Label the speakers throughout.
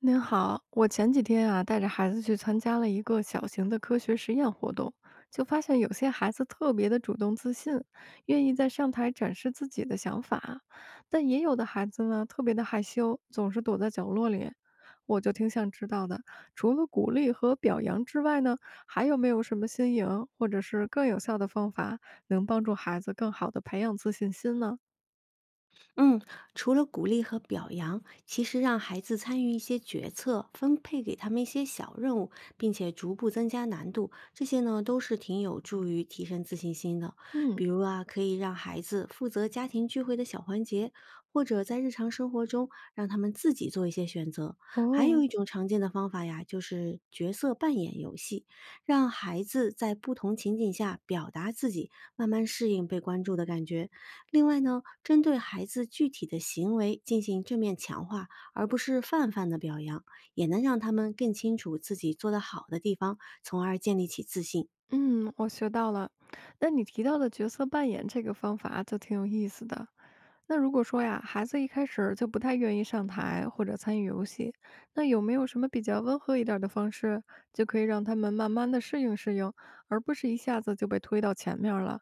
Speaker 1: 您好，我前几天啊带着孩子去参加了一个小型的科学实验活动，就发现有些孩子特别的主动自信，愿意在上台展示自己的想法，但也有的孩子呢特别的害羞，总是躲在角落里。我就挺想知道的，除了鼓励和表扬之外呢，还有没有什么新颖或者是更有效的方法，能帮助孩子更好的培养自信心呢？
Speaker 2: 嗯，除了鼓励和表扬，其实让孩子参与一些决策，分配给他们一些小任务，并且逐步增加难度，这些呢都是挺有助于提升自信心的。
Speaker 1: 嗯。
Speaker 2: 比如啊，可以让孩子负责家庭聚会的小环节，或者在日常生活中让他们自己做一些选择。还有
Speaker 1: 哦。
Speaker 2: 一种常见的方法呀，就是角色扮演游戏，让孩子在不同情景下表达自己，慢慢适应被关注的感觉。另外呢，针对孩子具体的行为进行正面强化，而不是泛泛的表扬，也能让他们更清楚自己做得好的地方，从而建立起自信。
Speaker 1: 嗯，我学到了。那你提到的角色扮演这个方法就挺有意思的。那如果说呀，孩子一开始就不太愿意上台或者参与游戏，那有没有什么比较温和一点儿的方式，就可以让他们慢慢的适应适应，而不是一下子就被推到前面儿了？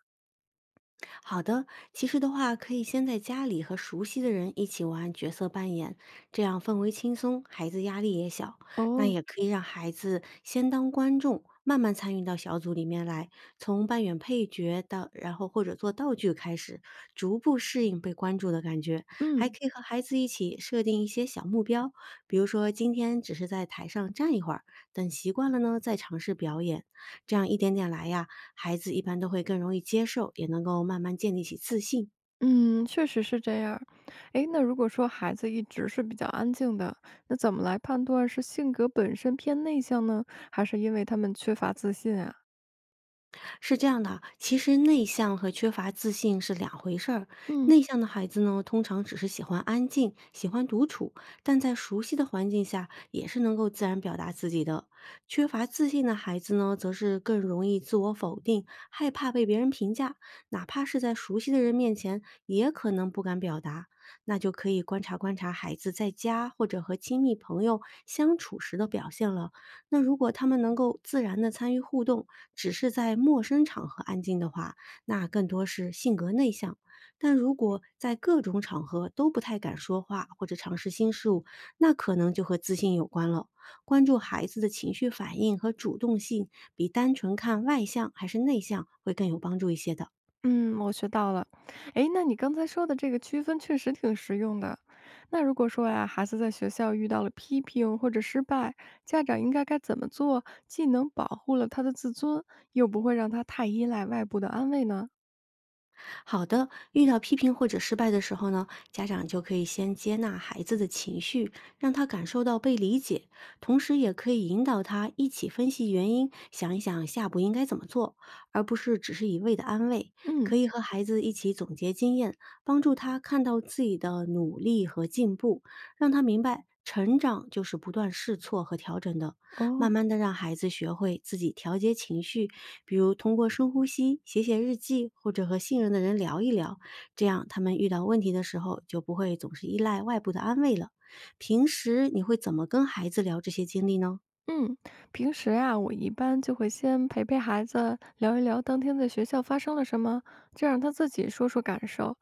Speaker 2: 好的，其实的话，可以先在家里和熟悉的人一起玩角色扮演，这样氛围轻松，孩子压力也小。那
Speaker 1: 哦。
Speaker 2: 也可以让孩子先当观众，慢慢参与到小组里面来，从扮演配角到，然后或者做道具开始，逐步适应被关注的感觉。还
Speaker 1: 嗯
Speaker 2: 可以和孩子一起设定一些小目标，比如说今天只是在台上站一会儿，等习惯了呢，再尝试表演。这样一点点来呀，孩子一般都会更容易接受，也能够慢慢建立起自信。
Speaker 1: 嗯，确实是这样儿。诶，那如果说孩子一直是比较安静的，那怎么来判断是性格本身偏内向呢，还是因为他们缺乏自信啊？
Speaker 2: 是这样的啊，其实内向和缺乏自信是两回事儿。
Speaker 1: 嗯。
Speaker 2: 内向的孩子呢，通常只是喜欢安静，喜欢独处，但在熟悉的环境下也是能够自然表达自己的。缺乏自信的孩子呢，则是更容易自我否定，害怕被别人评价，哪怕是在熟悉的人面前，也可能不敢表达。那就可以观察观察孩子在家或者和亲密朋友相处时的表现了。那如果他们能够自然的参与互动，只是在陌生场合安静的话，那更多是性格内向。但如果在各种场合都不太敢说话或者尝试新事物，那可能就和自信有关了。关注孩子的情绪反应和主动性，比单纯看外向还是内向会更有帮助一些的。
Speaker 1: 嗯，我学到了。诶，那你刚才说的这个区分确实挺实用的。那如果说呀，孩子在学校遇到了批评或者失败，家长应该该怎么做，既能保护了他的自尊，又不会让他太依赖外部的安慰呢？
Speaker 2: 好的，遇到批评或者失败的时候呢，家长就可以先接纳孩子的情绪，让他感受到被理解，同时也可以引导他一起分析原因，想一想下步应该怎么做，而不是只是一味的安慰。可
Speaker 1: 嗯。
Speaker 2: 以和孩子一起总结经验，帮助他看到自己的努力和进步，让他明白成长就是不断试错和调整的。慢
Speaker 1: 哦。
Speaker 2: 慢的让孩子学会自己调节情绪，比如通过深呼吸、写写日记，或者和信任的人聊一聊，这样他们遇到问题的时候就不会总是依赖外部的安慰了。平时你会怎么跟孩子聊这些经历呢？
Speaker 1: 嗯，平时啊，我一般就会先陪陪孩子，聊一聊当天在学校发生了什么，这样他自己说说感受。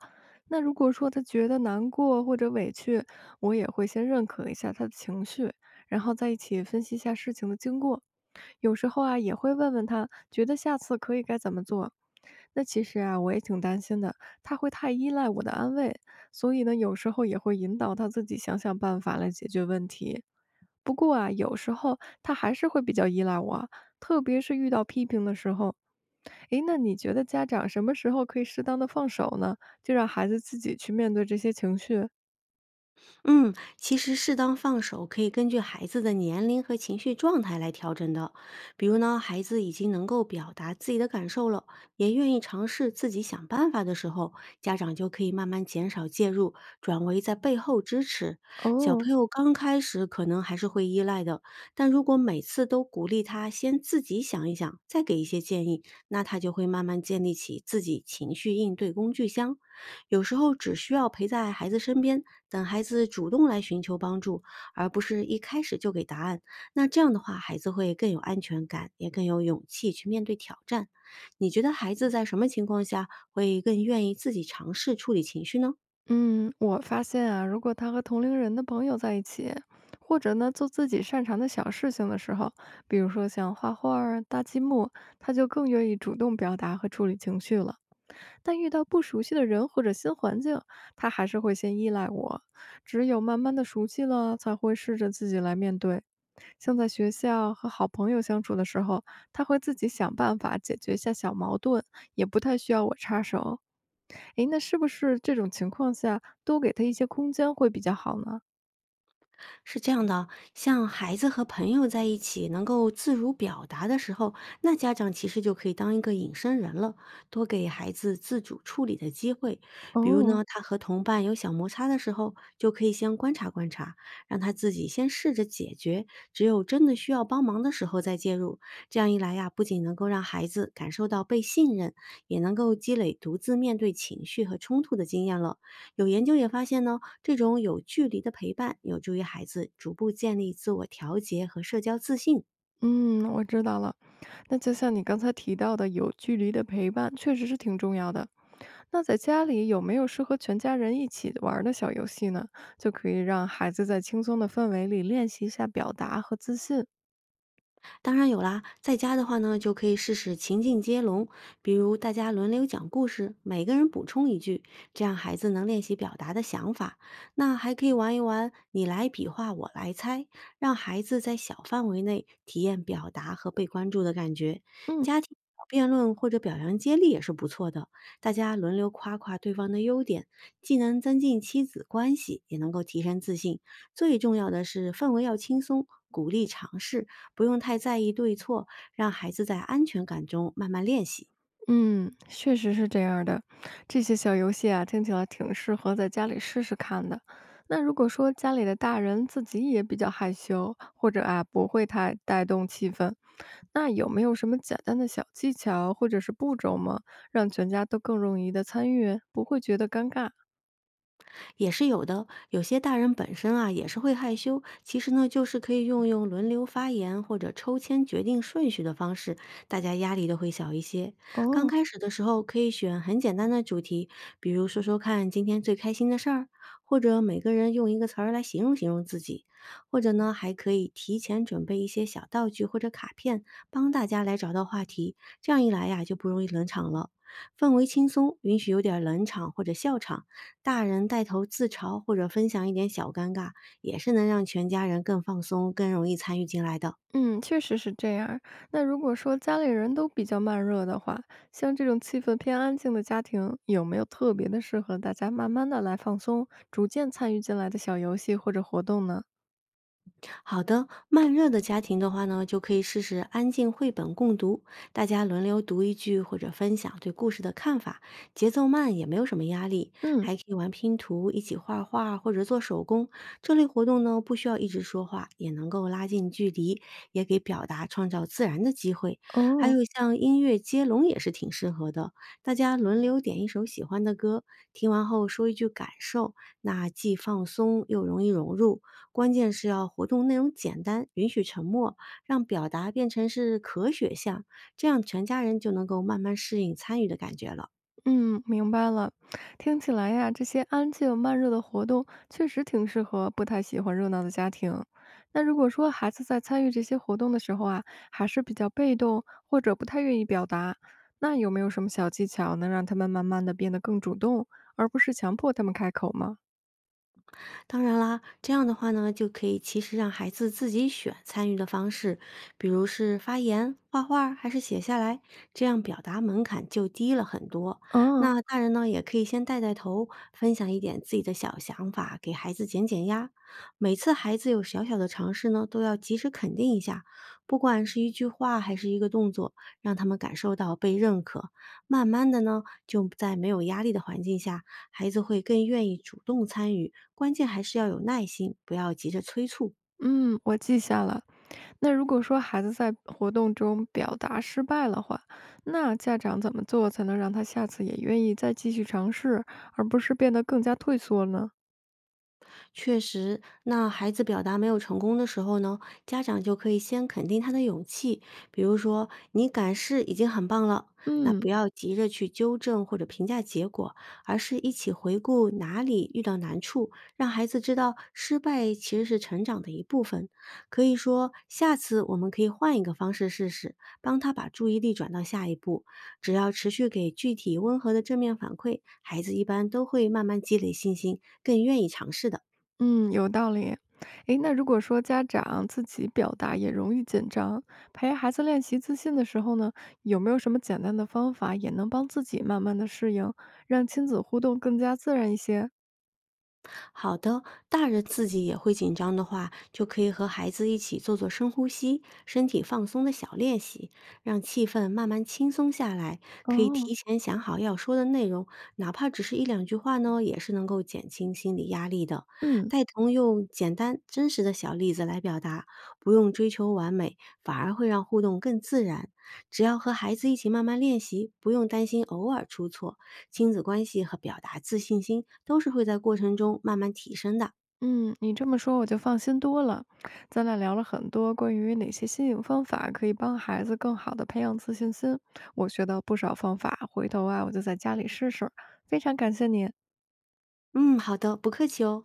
Speaker 1: 那如果说他觉得难过或者委屈，我也会先认可一下他的情绪，然后再一起分析一下事情的经过。有时候啊，也会问问他，觉得下次可以该怎么做。那其实啊，我也挺担心的，他会太依赖我的安慰，所以呢，有时候也会引导他自己想想办法来解决问题。不过啊，有时候他还是会比较依赖我，特别是遇到批评的时候。诶，那你觉得家长什么时候可以适当的放手呢？就让孩子自己去面对这些情绪？
Speaker 2: 嗯，其实适当放手可以根据孩子的年龄和情绪状态来调整的。比如呢，孩子已经能够表达自己的感受了，也愿意尝试自己想办法的时候，家长就可以慢慢减少介入，转为在背后支持。小
Speaker 1: 哦。
Speaker 2: 朋友刚开始可能还是会依赖的，但如果每次都鼓励他先自己想一想，再给一些建议，那他就会慢慢建立起自己情绪应对工具箱。有时候只需要陪在孩子身边，等孩子主动来寻求帮助，而不是一开始就给答案。那这样的话，孩子会更有安全感，也更有勇气去面对挑战。你觉得孩子在什么情况下会更愿意自己尝试处理情绪呢？
Speaker 1: 嗯，我发现啊，如果他和同龄人的朋友在一起，或者呢做自己擅长的小事情的时候，比如说像画画儿、搭积木，他就更愿意主动表达和处理情绪了。但遇到不熟悉的人或者新环境，他还是会先依赖我。只有慢慢的熟悉了，才会试着自己来面对。像在学校和好朋友相处的时候，他会自己想办法解决一下小矛盾，也不太需要我插手。诶，那是不是这种情况下多给他一些空间会比较好呢？
Speaker 2: 是这样的啊，像孩子和朋友在一起能够自如表达的时候，那家长其实就可以当一个隐身人了，多给孩子自主处理的机会。比如
Speaker 1: 哦。
Speaker 2: 呢，他和同伴有小摩擦的时候，就可以先观察观察，让他自己先试着解决，只有真的需要帮忙的时候再介入。这样一来呀，不仅能够让孩子感受到被信任，也能够积累独自面对情绪和冲突的经验了。有研究也发现呢。这种有距离的陪伴有助于孩子逐步建立自我调节和社交自信。
Speaker 1: 嗯，我知道了。那就像你刚才提到的，有距离的陪伴确实是挺重要的。那在家里有没有适合全家人一起玩儿的小游戏呢？就可以让孩子在轻松的氛围里练习一下表达和自信。
Speaker 2: 当然有啦，在家的话呢，就可以试试情境接龙，比如大家轮流讲故事，每个人补充一句，这样孩子能练习表达的想法。那还可以玩一玩你来比划，我来猜，让孩子在小范围内体验表达和被关注的感觉。
Speaker 1: 嗯。
Speaker 2: 家庭小辩论或者表扬接力也是不错的，大家轮流夸夸对方的优点，既能增进亲子关系，也能够提升自信。最重要的是氛围要轻松，鼓励尝试，不用太在意对错，让孩子在安全感中慢慢练习。
Speaker 1: 嗯，确实是这样儿的。这些小游戏啊，听起来挺适合在家里试试看的。那如果说家里的大人自己也比较害羞，或者啊不会太带动气氛，那有没有什么简单的小技巧或者是步骤吗？让全家都更容易的参与，不会觉得尴尬？
Speaker 2: 也是有的。有些大人本身啊也是会害羞，其实呢就是可以用用轮流发言或者抽签决定顺序的方式，大家压力都会小一些。刚
Speaker 1: 哦。
Speaker 2: 开始的时候可以选很简单的主题，比如说说看今天最开心的事儿，或者每个人用一个词儿来形容形容自己，或者呢还可以提前准备一些小道具或者卡片，帮大家来找到话题。这样一来呀就不容易冷场了。氛围轻松，允许有点儿冷场或者笑场。大人带头自嘲或者分享一点小尴尬，也是能让全家人更放松、更容易参与进来的。
Speaker 1: 嗯，确实是这样儿。那如果说家里人都比较慢热的话，像这种气氛偏安静的家庭，有没有特别的适合大家慢慢的来放松，逐渐参与进来的小游戏或者活动呢？
Speaker 2: 好的，慢热的家庭的话呢，就可以试试安静绘本共读，大家轮流读一句或者分享对故事的看法，节奏慢也没有什么压力，
Speaker 1: 嗯。
Speaker 2: 还可以玩拼图，一起画画或者做手工。这类活动呢，不需要一直说话，也能够拉近距离，也给表达创造自然的机会。还有
Speaker 1: 哦。
Speaker 2: 像音乐接龙也是挺适合的，大家轮流点一首喜欢的歌，听完后说一句感受，那既放松又容易融入。关键是要活动内容简单，允许沉默，让表达变成是可选项，这样全家人就能够慢慢适应参与的感觉了。
Speaker 1: 嗯，明白了。听起来呀，这些安静慢热的活动确实挺适合不太喜欢热闹的家庭。那如果说孩子在参与这些活动的时候啊，还是比较被动或者不太愿意表达，那有没有什么小技巧能让他们慢慢的变得更主动，而不是强迫他们开口吗？
Speaker 2: 当然啦，这样的话呢，就可以其实让孩子自己选参与的方式，比如是发言、画画还是写下来，这样表达门槛就低了很多。
Speaker 1: 嗯
Speaker 2: 那大人呢，也可以先带带头，分享一点自己的小想法，给孩子减减压。每次孩子有小小的尝试呢，都要及时肯定一下，不管是一句话还是一个动作，让他们感受到被认可。慢慢的呢，就在没有压力的环境下，孩子会更愿意主动参与，关键还是要有耐心，不要急着催促。
Speaker 1: 嗯，我记下了。那如果说孩子在活动中表达失败了话，那家长怎么做才能让他下次也愿意再继续尝试，而不是变得更加退缩呢？
Speaker 2: 确实，那孩子表达没有成功的时候呢，家长就可以先肯定他的勇气，比如说“你敢试已经很棒了”，那
Speaker 1: 嗯
Speaker 2: 不要急着去纠正或者评价结果，而是一起回顾哪里遇到难处，让孩子知道失败其实是成长的一部分。可以说，下次我们可以换一个方式试试，帮他把注意力转到下一步。只要持续给具体温和的正面反馈，孩子一般都会慢慢积累信心，更愿意尝试的。
Speaker 1: 嗯，有道理。诶，那如果说家长自己表达也容易紧张，陪孩子练习自信的时候呢，有没有什么简单的方法也能帮自己慢慢的适应，让亲子互动更加自然一些？
Speaker 2: 好的，大人自己也会紧张的话，就可以和孩子一起做做深呼吸、身体放松的小练习，让气氛慢慢轻松下来。可以
Speaker 1: 哦。
Speaker 2: 提前想好要说的内容，哪怕只是一两句话呢，也是能够减轻心理压力的。
Speaker 1: 嗯。
Speaker 2: 带同用简单真实的小例子来表达，不用追求完美，反而会让互动更自然。只要和孩子一起慢慢练习，不用担心偶尔出错，亲子关系和表达自信心都是会在过程中慢慢提升的。
Speaker 1: 嗯，你这么说我就放心多了。咱俩聊了很多关于哪些新颖方法可以帮孩子更好的培养自信心，我学到不少方法，回头啊我就在家里试试。非常感谢你。
Speaker 2: 嗯，好的，不客气哦。